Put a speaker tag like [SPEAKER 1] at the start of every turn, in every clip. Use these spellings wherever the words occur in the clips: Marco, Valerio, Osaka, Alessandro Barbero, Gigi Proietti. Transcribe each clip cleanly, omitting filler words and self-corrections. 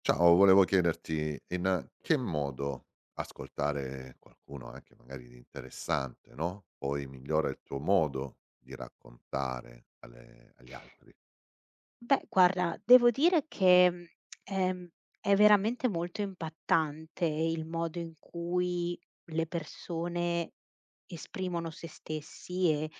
[SPEAKER 1] Ciao, volevo chiederti in che modo ascoltare qualcuno anche magari di interessante, no, poi migliora il tuo modo di raccontare alle agli altri.
[SPEAKER 2] Beh, guarda, devo dire che, ehm, è veramente molto impattante il modo in cui le persone esprimono se stessi e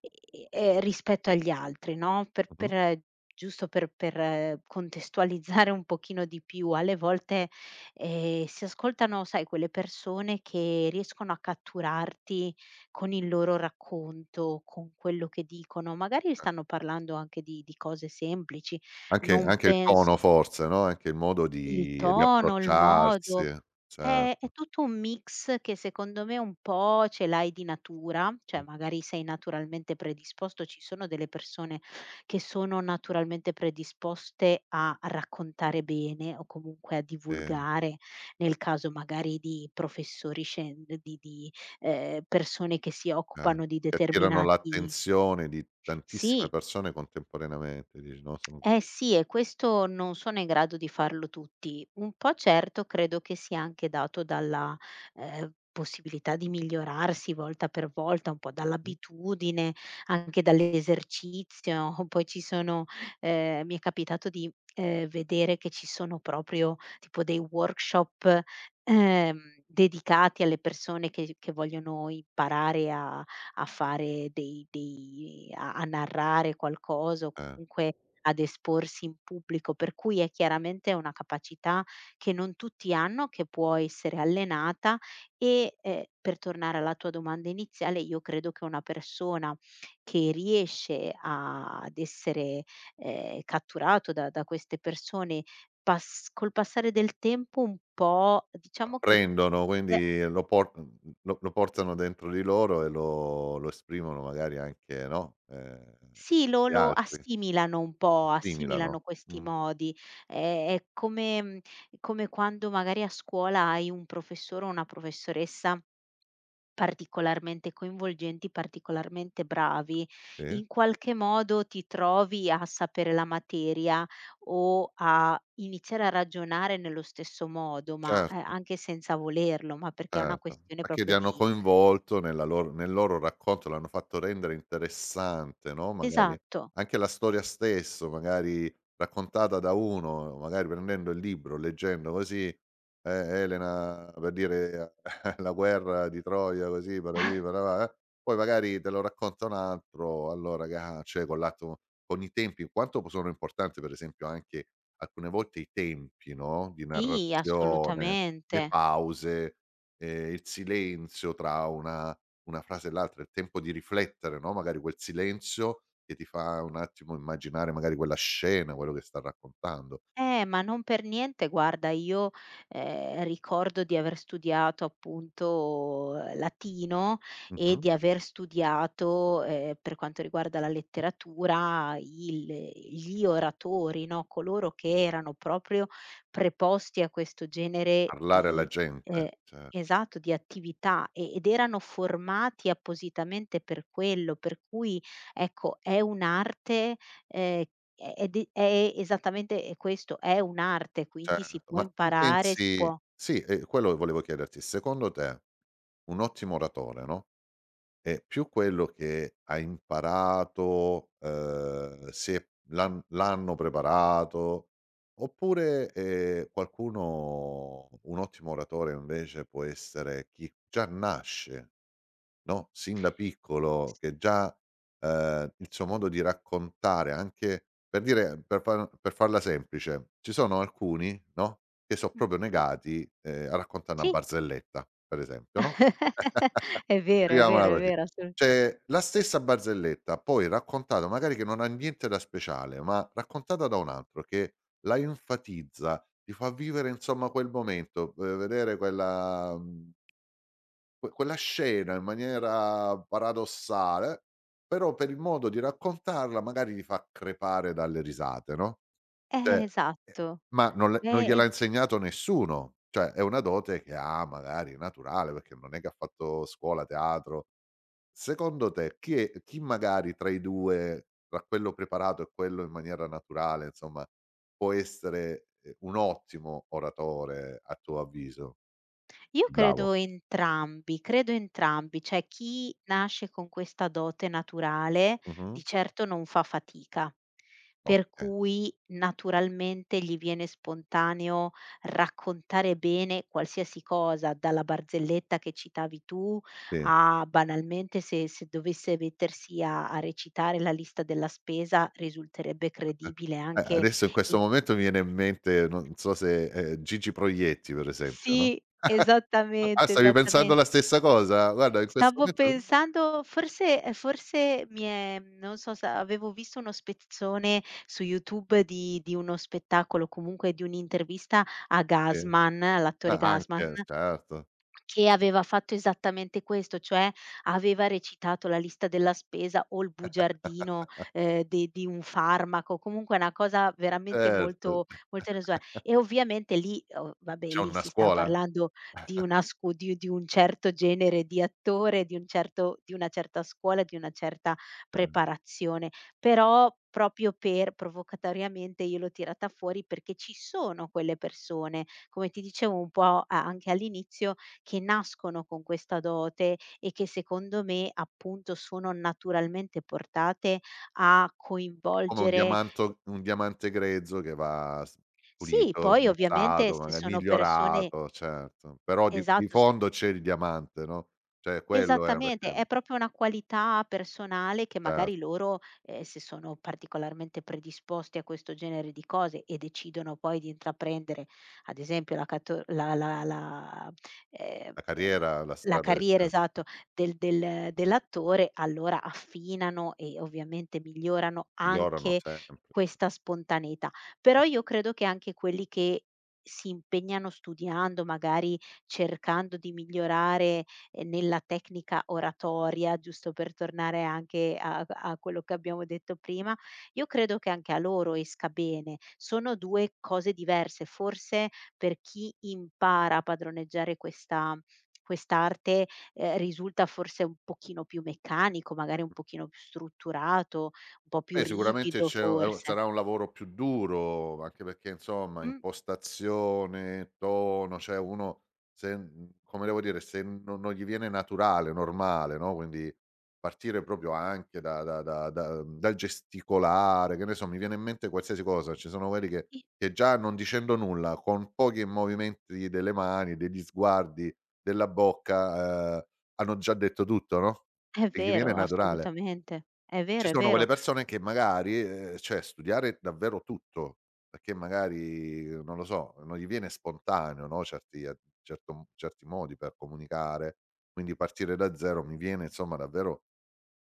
[SPEAKER 2] e e rispetto agli altri, no,
[SPEAKER 1] Mh-mh.
[SPEAKER 2] per giusto per contestualizzare un pochino di più, alle volte, si ascoltano, sai, quelle persone che riescono a catturarti con il loro racconto, con quello che dicono. Magari
[SPEAKER 1] A
[SPEAKER 2] stanno parlando anche di cose semplici,
[SPEAKER 1] anche
[SPEAKER 2] non
[SPEAKER 1] anche il
[SPEAKER 2] pens
[SPEAKER 1] tono forse, no, anche il modo
[SPEAKER 2] il
[SPEAKER 1] di
[SPEAKER 2] tono, il modo,
[SPEAKER 1] approcciarsi.
[SPEAKER 2] è
[SPEAKER 1] Certo,
[SPEAKER 2] è tutto un mix che secondo me un po' ce l'hai di natura, cioè magari sei naturalmente predisposto, ci sono delle persone che sono naturalmente predisposte a raccontare bene o comunque a
[SPEAKER 1] sì,
[SPEAKER 2] divulgare, nel caso magari di professori persone che si
[SPEAKER 1] cer
[SPEAKER 2] occupano di
[SPEAKER 1] che attirano
[SPEAKER 2] determinati.
[SPEAKER 1] l'attenzione di tantissime
[SPEAKER 2] Sì.
[SPEAKER 1] persone contemporaneamente, dici, no, sono
[SPEAKER 2] Eh sì, e questo non sono in grado di farlo tutti. Un po' certo credo che sia anche dato dalla, possibilità di migliorarsi volta per volta, un po'
[SPEAKER 1] mh,
[SPEAKER 2] dall'abitudine, anche dall'esercizio. Poi ci sono mi è capitato di, vedere che ci sono proprio tipo dei workshop, ehm, dedicati alle persone che vogliono imparare a a fare dei dei a a narrare qualcosa o
[SPEAKER 1] eh.
[SPEAKER 2] comunque ad esporsi in pubblico, per cui è chiaramente una capacità che non tutti hanno, che può essere allenata e, per tornare alla tua domanda iniziale, io credo che una persona che riesce a ad essere, catturato da queste persone, pas col passare del tempo un po' diciamo che
[SPEAKER 1] Apprendono,
[SPEAKER 2] pe
[SPEAKER 1] quindi lo portano dentro di loro e lo esprimono magari anche, no,
[SPEAKER 2] sì, lo
[SPEAKER 1] agli
[SPEAKER 2] lo
[SPEAKER 1] altri,
[SPEAKER 2] assimilano un po',
[SPEAKER 1] assimilano.
[SPEAKER 2] assimilano questi modi. È è come come quando magari a scuola hai un professore o una professoressa particolarmente coinvolgenti, particolarmente bravi,
[SPEAKER 1] Sì,
[SPEAKER 2] in qualche modo ti trovi a sapere la materia o a iniziare a ragionare nello stesso modo, ma,
[SPEAKER 1] certo.
[SPEAKER 2] anche senza volerlo, ma perché è una
[SPEAKER 1] Certo,
[SPEAKER 2] questione
[SPEAKER 1] perché li
[SPEAKER 2] proprio
[SPEAKER 1] hanno
[SPEAKER 2] di
[SPEAKER 1] coinvolto nel loro racconto, l'hanno fatto rendere interessante, no, magari
[SPEAKER 2] esatto,
[SPEAKER 1] anche la storia stesso, magari raccontata da uno, magari prendendo il libro, leggendo così, Elena per dire la guerra di Troia così parapì parapà, poi magari te lo racconta un altro, allora ga cioè con i tempi, quanto p sono importanti per esempio anche alcune volte i tempi, no, di
[SPEAKER 2] sì,
[SPEAKER 1] narrazione, le
[SPEAKER 2] assolutamente.
[SPEAKER 1] pause, il silenzio tra una frase e l'altra, il tempo di riflettere, no, magari quel silenzio che ti fa un attimo immaginare magari quella scena, quello che sta raccontando.
[SPEAKER 2] Ma non per niente, guarda, io, ricordo di aver studiato appunto latino e
[SPEAKER 1] Mh-mh.
[SPEAKER 2] di aver studiato, per quanto riguarda la letteratura, il gli oratori, no, coloro che erano proprio preposti a questo genere
[SPEAKER 1] Parlare alla
[SPEAKER 2] di ehm,
[SPEAKER 1] gente,
[SPEAKER 2] esatto, di attività ed erano formati appositamente per quello, per cui ecco, è un'arte, ehm è di è esattamente è questo, è un'arte, quindi si
[SPEAKER 1] certo.
[SPEAKER 2] può
[SPEAKER 1] Ma tu
[SPEAKER 2] imparare, si
[SPEAKER 1] pensi
[SPEAKER 2] può.
[SPEAKER 1] sì, quello volevo chiederti, secondo te un ottimo oratore, no, è più quello che ha imparato, se l'hanno preparato, oppure, qualcuno un ottimo oratore invece può essere chi già nasce, no, sin da piccolo, che già, il suo modo di raccontare anche per dire per farla semplice, ci sono alcuni, no, che so' proprio
[SPEAKER 2] Mh-mh.
[SPEAKER 1] negati, a raccontà 'na
[SPEAKER 2] Sì,
[SPEAKER 1] barzelletta, per esempio, no?
[SPEAKER 2] è vero, è
[SPEAKER 1] Vediamola
[SPEAKER 2] vero, è
[SPEAKER 1] così.
[SPEAKER 2] vero, assolut
[SPEAKER 1] Cioè, la stessa barzelletta poi raccontata, magari che non ha niente da speciale, ma raccontata da un altro che la enfatizza, ti fa vivere insomma quel momento, v vedere quella mhmm, que quella scena in maniera paradossale, però per il modo di raccontarla magari ti fa crepare dalle risate, no, cioè eh,
[SPEAKER 2] esatto.
[SPEAKER 1] ma non le non gliel'ha
[SPEAKER 2] Ed
[SPEAKER 1] insegnato nessuno, cioè è una dote che ha magari naturale, perché non è che ha fatto scuola, teatro. Secondo te chi magari tra i 2, tra quello preparato e quello in maniera naturale, insomma, può essere, un ottimo oratore a tuo avviso?
[SPEAKER 2] Io
[SPEAKER 1] Più bravo?
[SPEAKER 2] credo entrambi, cioè chi nasce con questa dote naturale
[SPEAKER 1] Mh-mh.
[SPEAKER 2] di certo non fa fatica, per
[SPEAKER 1] Okay,
[SPEAKER 2] cui naturalmente gli viene spontaneo raccontare bene qualsiasi cosa, dalla barzelletta che citavi tu
[SPEAKER 1] sì.
[SPEAKER 2] a banalmente se dovesse mettersi a recitare la lista della spesa risulterebbe credibile anche
[SPEAKER 1] Adesso in questo
[SPEAKER 2] in...
[SPEAKER 1] momento mi viene in mente, non so se, Gigi Proietti per esempio, no?
[SPEAKER 2] sì,
[SPEAKER 1] Ah,
[SPEAKER 2] esattamente,
[SPEAKER 1] stavi pensando
[SPEAKER 2] esattamente.
[SPEAKER 1] la stessa cosa? Guarda in questo
[SPEAKER 2] Stavo
[SPEAKER 1] momento
[SPEAKER 2] pensando forse mi è non so se avevo visto uno spezzone su YouTube di uno spettacolo, comunque di un'intervista a
[SPEAKER 1] sì.
[SPEAKER 2] Gassman, all'attore
[SPEAKER 1] Ah,
[SPEAKER 2] Gassman
[SPEAKER 1] anche, certo.
[SPEAKER 2] che aveva fatto esattamente questo, cioè aveva recitato la lista della spesa o il bugiardino, de di un farmaco, comunque una cosa veramente
[SPEAKER 1] Certo,
[SPEAKER 2] molto molto inusuale. E ovviamente lì o vabbè,
[SPEAKER 1] c'è
[SPEAKER 2] lì
[SPEAKER 1] una
[SPEAKER 2] si sta
[SPEAKER 1] scuola?
[SPEAKER 2] parlando di una scu di un certo genere di attore, di un certo di una certa scuola, di una certa
[SPEAKER 1] Eh.
[SPEAKER 2] preparazione. Però proprio per provocatoriamente io l'ho tirata fuori perché ci sono quelle persone, come ti dicevo un po' a anche all'inizio, che nascono con questa dote e che secondo me appunto sono naturalmente portate a
[SPEAKER 1] Come un
[SPEAKER 2] coinvolgere.
[SPEAKER 1] diamanto un diamante grezzo che va s
[SPEAKER 2] Sì,
[SPEAKER 1] pulito,
[SPEAKER 2] poi ovviamente
[SPEAKER 1] smussato,
[SPEAKER 2] se
[SPEAKER 1] maga
[SPEAKER 2] sono persone
[SPEAKER 1] migliorato, certo. Però di
[SPEAKER 2] esatto. s
[SPEAKER 1] fondo c'è il diamante, no, cioè quello è
[SPEAKER 2] Esattamente,
[SPEAKER 1] perché
[SPEAKER 2] è proprio una qualità personale che
[SPEAKER 1] certo,
[SPEAKER 2] magari loro, se sono particolarmente predisposti a questo genere di cose e decidono poi di intraprendere, ad esempio, la cato la la la
[SPEAKER 1] la
[SPEAKER 2] el
[SPEAKER 1] carriera, la
[SPEAKER 2] la
[SPEAKER 1] strada che
[SPEAKER 2] carriera, esatto, del dell'attore, allora affinano e ovviamente migliorano
[SPEAKER 1] migliorano
[SPEAKER 2] anche
[SPEAKER 1] sempre.
[SPEAKER 2] questa spontaneità. Però io credo che anche quelli che si impegnano studiando, magari cercando di migliorare nella tecnica oratoria, giusto per tornare anche a quello che abbiamo detto prima, io credo che anche a loro esca bene. Sono 2 cose diverse, forse per chi impara a padroneggiare questa quest'arte, risulta forse un pochino più meccanico, magari un pochino più strutturato, un po' più
[SPEAKER 1] Beh, sicuramente
[SPEAKER 2] rigido
[SPEAKER 1] c'è
[SPEAKER 2] forse.
[SPEAKER 1] sarà un lavoro più duro, anche perché insomma
[SPEAKER 2] Mh,
[SPEAKER 1] impostazione, tono, cioè uno se mhmm, come devo dire, se no non gli viene naturale, normale, no, quindi partire proprio anche da dal gesticolare, che ne so, mi viene in mente qualsiasi cosa. Ci sono quelli che
[SPEAKER 2] sì,
[SPEAKER 1] che già non dicendo nulla, con pochi movimenti delle mani, degli sguardi, della bocca, hanno già detto tutto, no,
[SPEAKER 2] è
[SPEAKER 1] e gli viene
[SPEAKER 2] vero,
[SPEAKER 1] naturale.
[SPEAKER 2] assolutamente. È
[SPEAKER 1] Ci
[SPEAKER 2] vero, è
[SPEAKER 1] sono quelle
[SPEAKER 2] vero.
[SPEAKER 1] persone che magari, cioè studiare davvero tutto, perché magari, non lo so, non gli viene spontaneo, no, certi a certo certi modi per comunicare, quindi partire da 0 mi viene insomma davvero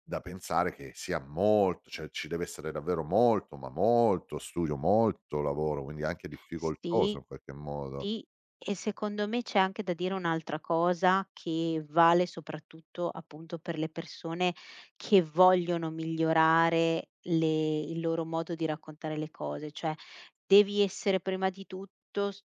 [SPEAKER 1] da pensare che sia molto cioè ci deve essere davvero molto, ma molto studio, molto lavoro, quindi anche difficoltoso
[SPEAKER 2] Sì,
[SPEAKER 1] in qualche modo.
[SPEAKER 2] sì, e secondo me c'è anche da dire un'altra cosa che vale soprattutto appunto per le persone che vogliono migliorare le il loro modo di raccontare le cose, cioè devi essere prima di tutto s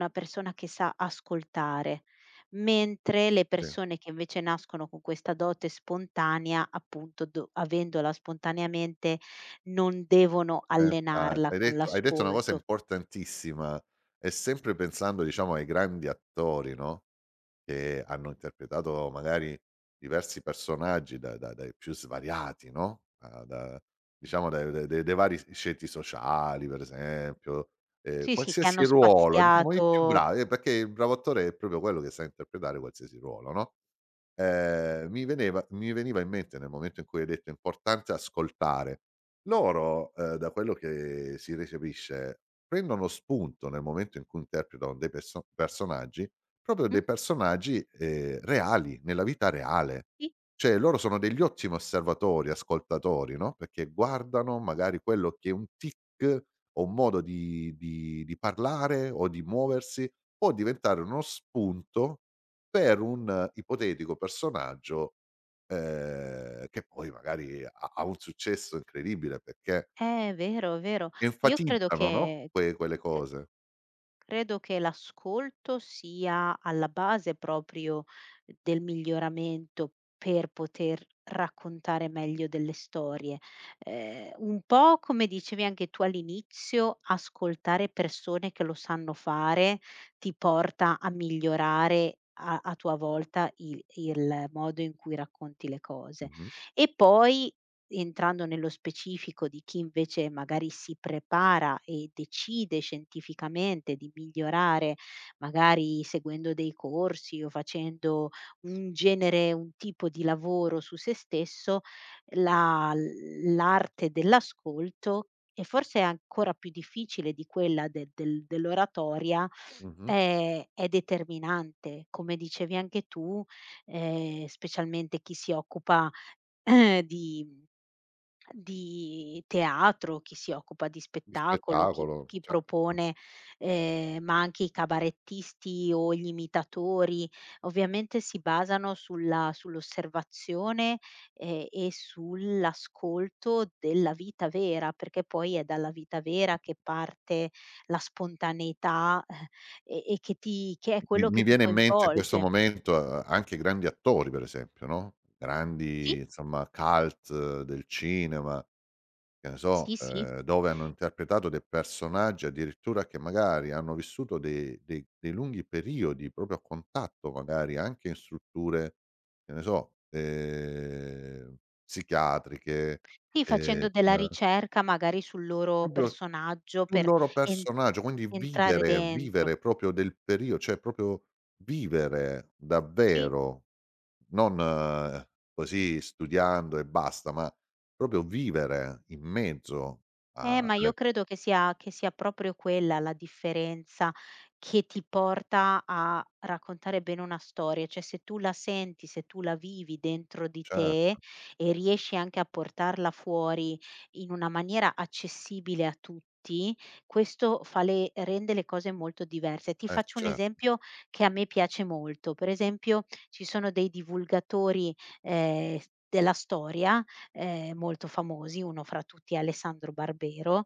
[SPEAKER 2] una persona che sa ascoltare, mentre le
[SPEAKER 1] Sì.
[SPEAKER 2] persone che invece nascono con questa dote spontanea, appunto do avendola spontaneamente non devono
[SPEAKER 1] Infa
[SPEAKER 2] allenarla
[SPEAKER 1] hai
[SPEAKER 2] con
[SPEAKER 1] detto hai detto una cosa
[SPEAKER 2] l'ascolto.
[SPEAKER 1] importantissima e sempre pensando diciamo ai grandi attori, no? Che hanno interpretato magari diversi personaggi da da dai più svariati, no, da da diciamo dai vari sceti sociali per esempio,
[SPEAKER 2] Sì, sì, che
[SPEAKER 1] qualsiasi
[SPEAKER 2] hanno
[SPEAKER 1] ruolo, diciamo i più
[SPEAKER 2] spaziato.
[SPEAKER 1] bravi, perché il bravo attore è proprio quello che sa interpretare qualsiasi ruolo, no? Mi veniva in mente nel momento in cui hai detto: "È importante ascoltare." Loro, da quello che si recepisce, prendono spunto nel momento in cui interpretano dei perso personaggi, proprio
[SPEAKER 2] Mh?
[SPEAKER 1] dei personaggi, reali, nella vita reale.
[SPEAKER 2] Sì,
[SPEAKER 1] Cioè loro sono degli ottimi osservatori, ascoltatori, no, perché guardano magari quello che è un tic o un modo di parlare o di muoversi, può diventare uno spunto per un ipotetico personaggio, che poi magari ha un successo incredibile perché
[SPEAKER 2] è vero, è vero. Io credo
[SPEAKER 1] enfatizzano, no,
[SPEAKER 2] che
[SPEAKER 1] quelle
[SPEAKER 2] c
[SPEAKER 1] cose.
[SPEAKER 2] credo che l'ascolto sia alla base proprio del miglioramento per poter raccontare meglio delle storie. Un po' come dicevi anche tu all'inizio, ascoltare persone che lo sanno fare ti porta a migliorare a tua volta il modo in cui racconti le cose.
[SPEAKER 1] Mh-mh,
[SPEAKER 2] E poi entrando nello specifico di chi invece magari si prepara e decide scientificamente di migliorare, magari seguendo dei corsi o facendo un genere, un tipo di lavoro su se stesso, la l'arte dell'ascolto e forse è ancora più difficile di quella de del dell'oratoria,
[SPEAKER 1] mh-mh.
[SPEAKER 2] è determinante. Come dicevi anche tu, specialmente chi si occupa di di teatro, chi si occupa di
[SPEAKER 1] Il
[SPEAKER 2] spettacolo,
[SPEAKER 1] spettacolo,
[SPEAKER 2] chi
[SPEAKER 1] certo.
[SPEAKER 2] propone, ma anche i cabarettisti o gli imitatori, ovviamente si basano sulla sull'osservazione, e sull'ascolto della vita vera, perché poi è dalla vita vera che parte la spontaneità, e che è
[SPEAKER 1] Mi
[SPEAKER 2] quello
[SPEAKER 1] mi
[SPEAKER 2] che ti
[SPEAKER 1] viene in mente in questo
[SPEAKER 2] coinvolge.
[SPEAKER 1] momento a anche grandi attori per esempio, no, grandi
[SPEAKER 2] Sì,
[SPEAKER 1] insomma cult del cinema. Che ne so,
[SPEAKER 2] sì, sì.
[SPEAKER 1] dove hanno interpretato dei personaggi addirittura che magari hanno vissuto de dei dei lunghi periodi proprio a contatto, magari anche in strutture, che ne so, psichiatriche,
[SPEAKER 2] Sì,
[SPEAKER 1] ehm,
[SPEAKER 2] facendo della ricerca magari sul loro
[SPEAKER 1] proprio
[SPEAKER 2] personaggio
[SPEAKER 1] sul
[SPEAKER 2] per
[SPEAKER 1] loro
[SPEAKER 2] en
[SPEAKER 1] personaggio, quindi
[SPEAKER 2] entrare
[SPEAKER 1] vivere
[SPEAKER 2] dentro.
[SPEAKER 1] vivere proprio del perio cioè proprio vivere
[SPEAKER 2] Sì.
[SPEAKER 1] davvero, non così studiando e basta, ma proprio vivere in mezzo a
[SPEAKER 2] Ma io
[SPEAKER 1] alle.
[SPEAKER 2] credo che sia proprio quella la differenza che ti porta a raccontare bene una storia, cioè se tu la senti, se tu la vivi dentro di
[SPEAKER 1] Cer
[SPEAKER 2] te e riesci anche a portarla fuori in una maniera accessibile a tutti, questo fa le rende le cose molto diverse. Ti faccio un
[SPEAKER 1] cer
[SPEAKER 2] esempio che a me piace molto. Per esempio, ci sono dei divulgatori, s della storia molto famosi, uno fra tutti è Alessandro Barbero,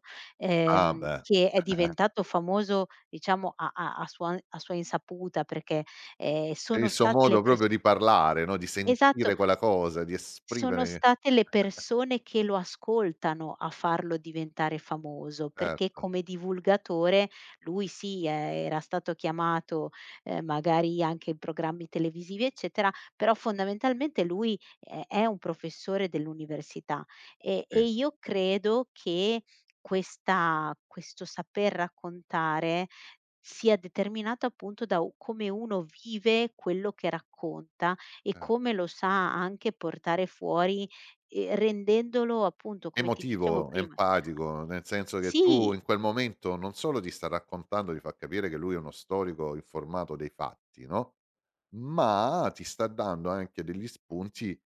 [SPEAKER 1] Ah beh,
[SPEAKER 2] che è diventato famoso diciamo a sua insaputa perché,
[SPEAKER 1] per il
[SPEAKER 2] sono
[SPEAKER 1] suo
[SPEAKER 2] state le
[SPEAKER 1] modo
[SPEAKER 2] pers
[SPEAKER 1] proprio di parlare, no, di
[SPEAKER 2] esatto,
[SPEAKER 1] sentire quella cosa, di
[SPEAKER 2] sono
[SPEAKER 1] esprimere
[SPEAKER 2] state le persone che lo ascoltano a farlo diventare famoso, perché
[SPEAKER 1] certo,
[SPEAKER 2] come divulgatore lui sì, era stato chiamato, magari anche in programmi televisivi, eccetera, però fondamentalmente lui è un professore dell'università e
[SPEAKER 1] sì,
[SPEAKER 2] io credo che questa questo saper raccontare sia determinato appunto da u come uno vive quello che racconta e
[SPEAKER 1] cer
[SPEAKER 2] come lo sa anche portare fuori, rendendolo appunto, come ti dicevo
[SPEAKER 1] emotivo,
[SPEAKER 2] prima
[SPEAKER 1] empatico, nel senso che tu
[SPEAKER 2] sì,
[SPEAKER 1] in quel momento non solo ti sta raccontando, ti fa capire che lui è uno storico informato dei fatti, no, ma ti sta dando anche degli spunti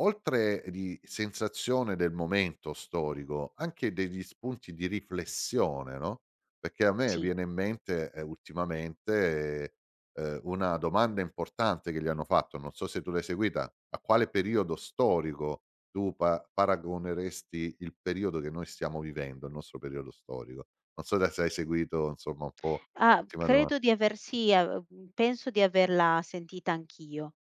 [SPEAKER 1] oltre di sensazione del momento storico, anche degli spunti di riflessione, no, perché a me
[SPEAKER 2] sì.
[SPEAKER 1] viene in mente, ultimamente, una domanda importante che gli hanno fatto, non so se tu l'hai seguita: a quale periodo storico tu pa paragoneresti il periodo che noi stiamo vivendo, il nostro periodo storico? Non so da se hai seguito, insomma, un po'
[SPEAKER 2] Ah,
[SPEAKER 1] l'ultima doman
[SPEAKER 2] credo di aver sì, penso di averla sentita anch'io.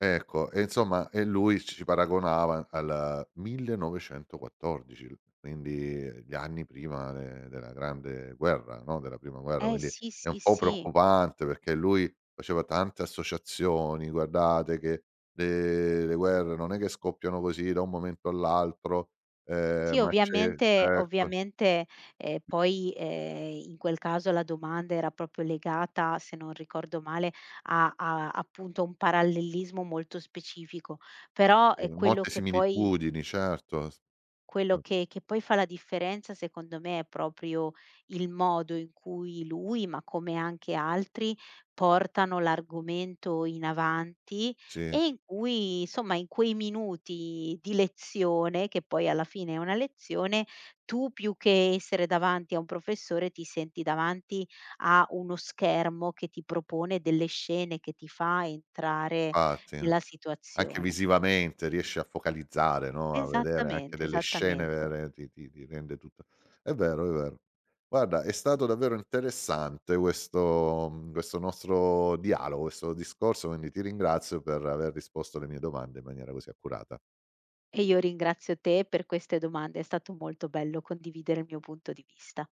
[SPEAKER 1] Ecco, e insomma lui ci paragonava al 1914, l quindi gli anni prima de della grande guerra, no, della prima guerra,
[SPEAKER 2] Eh
[SPEAKER 1] quindi
[SPEAKER 2] sì,
[SPEAKER 1] è un
[SPEAKER 2] sì,
[SPEAKER 1] po'
[SPEAKER 2] sì.
[SPEAKER 1] preoccupante perché lui faceva tante associazioni, guardate che le guerre non è che scoppiano così da un momento all'altro,
[SPEAKER 2] Sì,
[SPEAKER 1] ma c'è
[SPEAKER 2] ovviamente
[SPEAKER 1] ecco,
[SPEAKER 2] ovviamente, poi, in quel caso la domanda era proprio legata, se non ricordo male, a appunto, un parallelismo molto specifico. Però è quello
[SPEAKER 1] molte
[SPEAKER 2] che poi
[SPEAKER 1] similitudini certo, s
[SPEAKER 2] quello
[SPEAKER 1] uhm,
[SPEAKER 2] che poi fa la differenza secondo me è proprio il modo in cui lui, ma come anche altri, portano l'argomento in avanti
[SPEAKER 1] sì,
[SPEAKER 2] e in cui insomma in quei minuti di lezione, che poi alla fine è una lezione, tu più che essere davanti a un professore ti senti davanti a uno schermo che ti propone delle scene, che ti fa entrare
[SPEAKER 1] infatti.
[SPEAKER 2] nella
[SPEAKER 1] Anche
[SPEAKER 2] situazione.
[SPEAKER 1] visivamente riesci a focalizzare, no, a vedere anche
[SPEAKER 2] Esattamente,
[SPEAKER 1] delle scene
[SPEAKER 2] esattamente.
[SPEAKER 1] vere, ti rende tutto è vero, è vero. Guarda, è stato davvero interessante questo nostro dialogo, questo discorso, quindi ti ringrazio per aver risposto alle mie domande in maniera così accurata.
[SPEAKER 2] E io ringrazio te per queste domande, è stato molto bello condividere il mio punto di vista.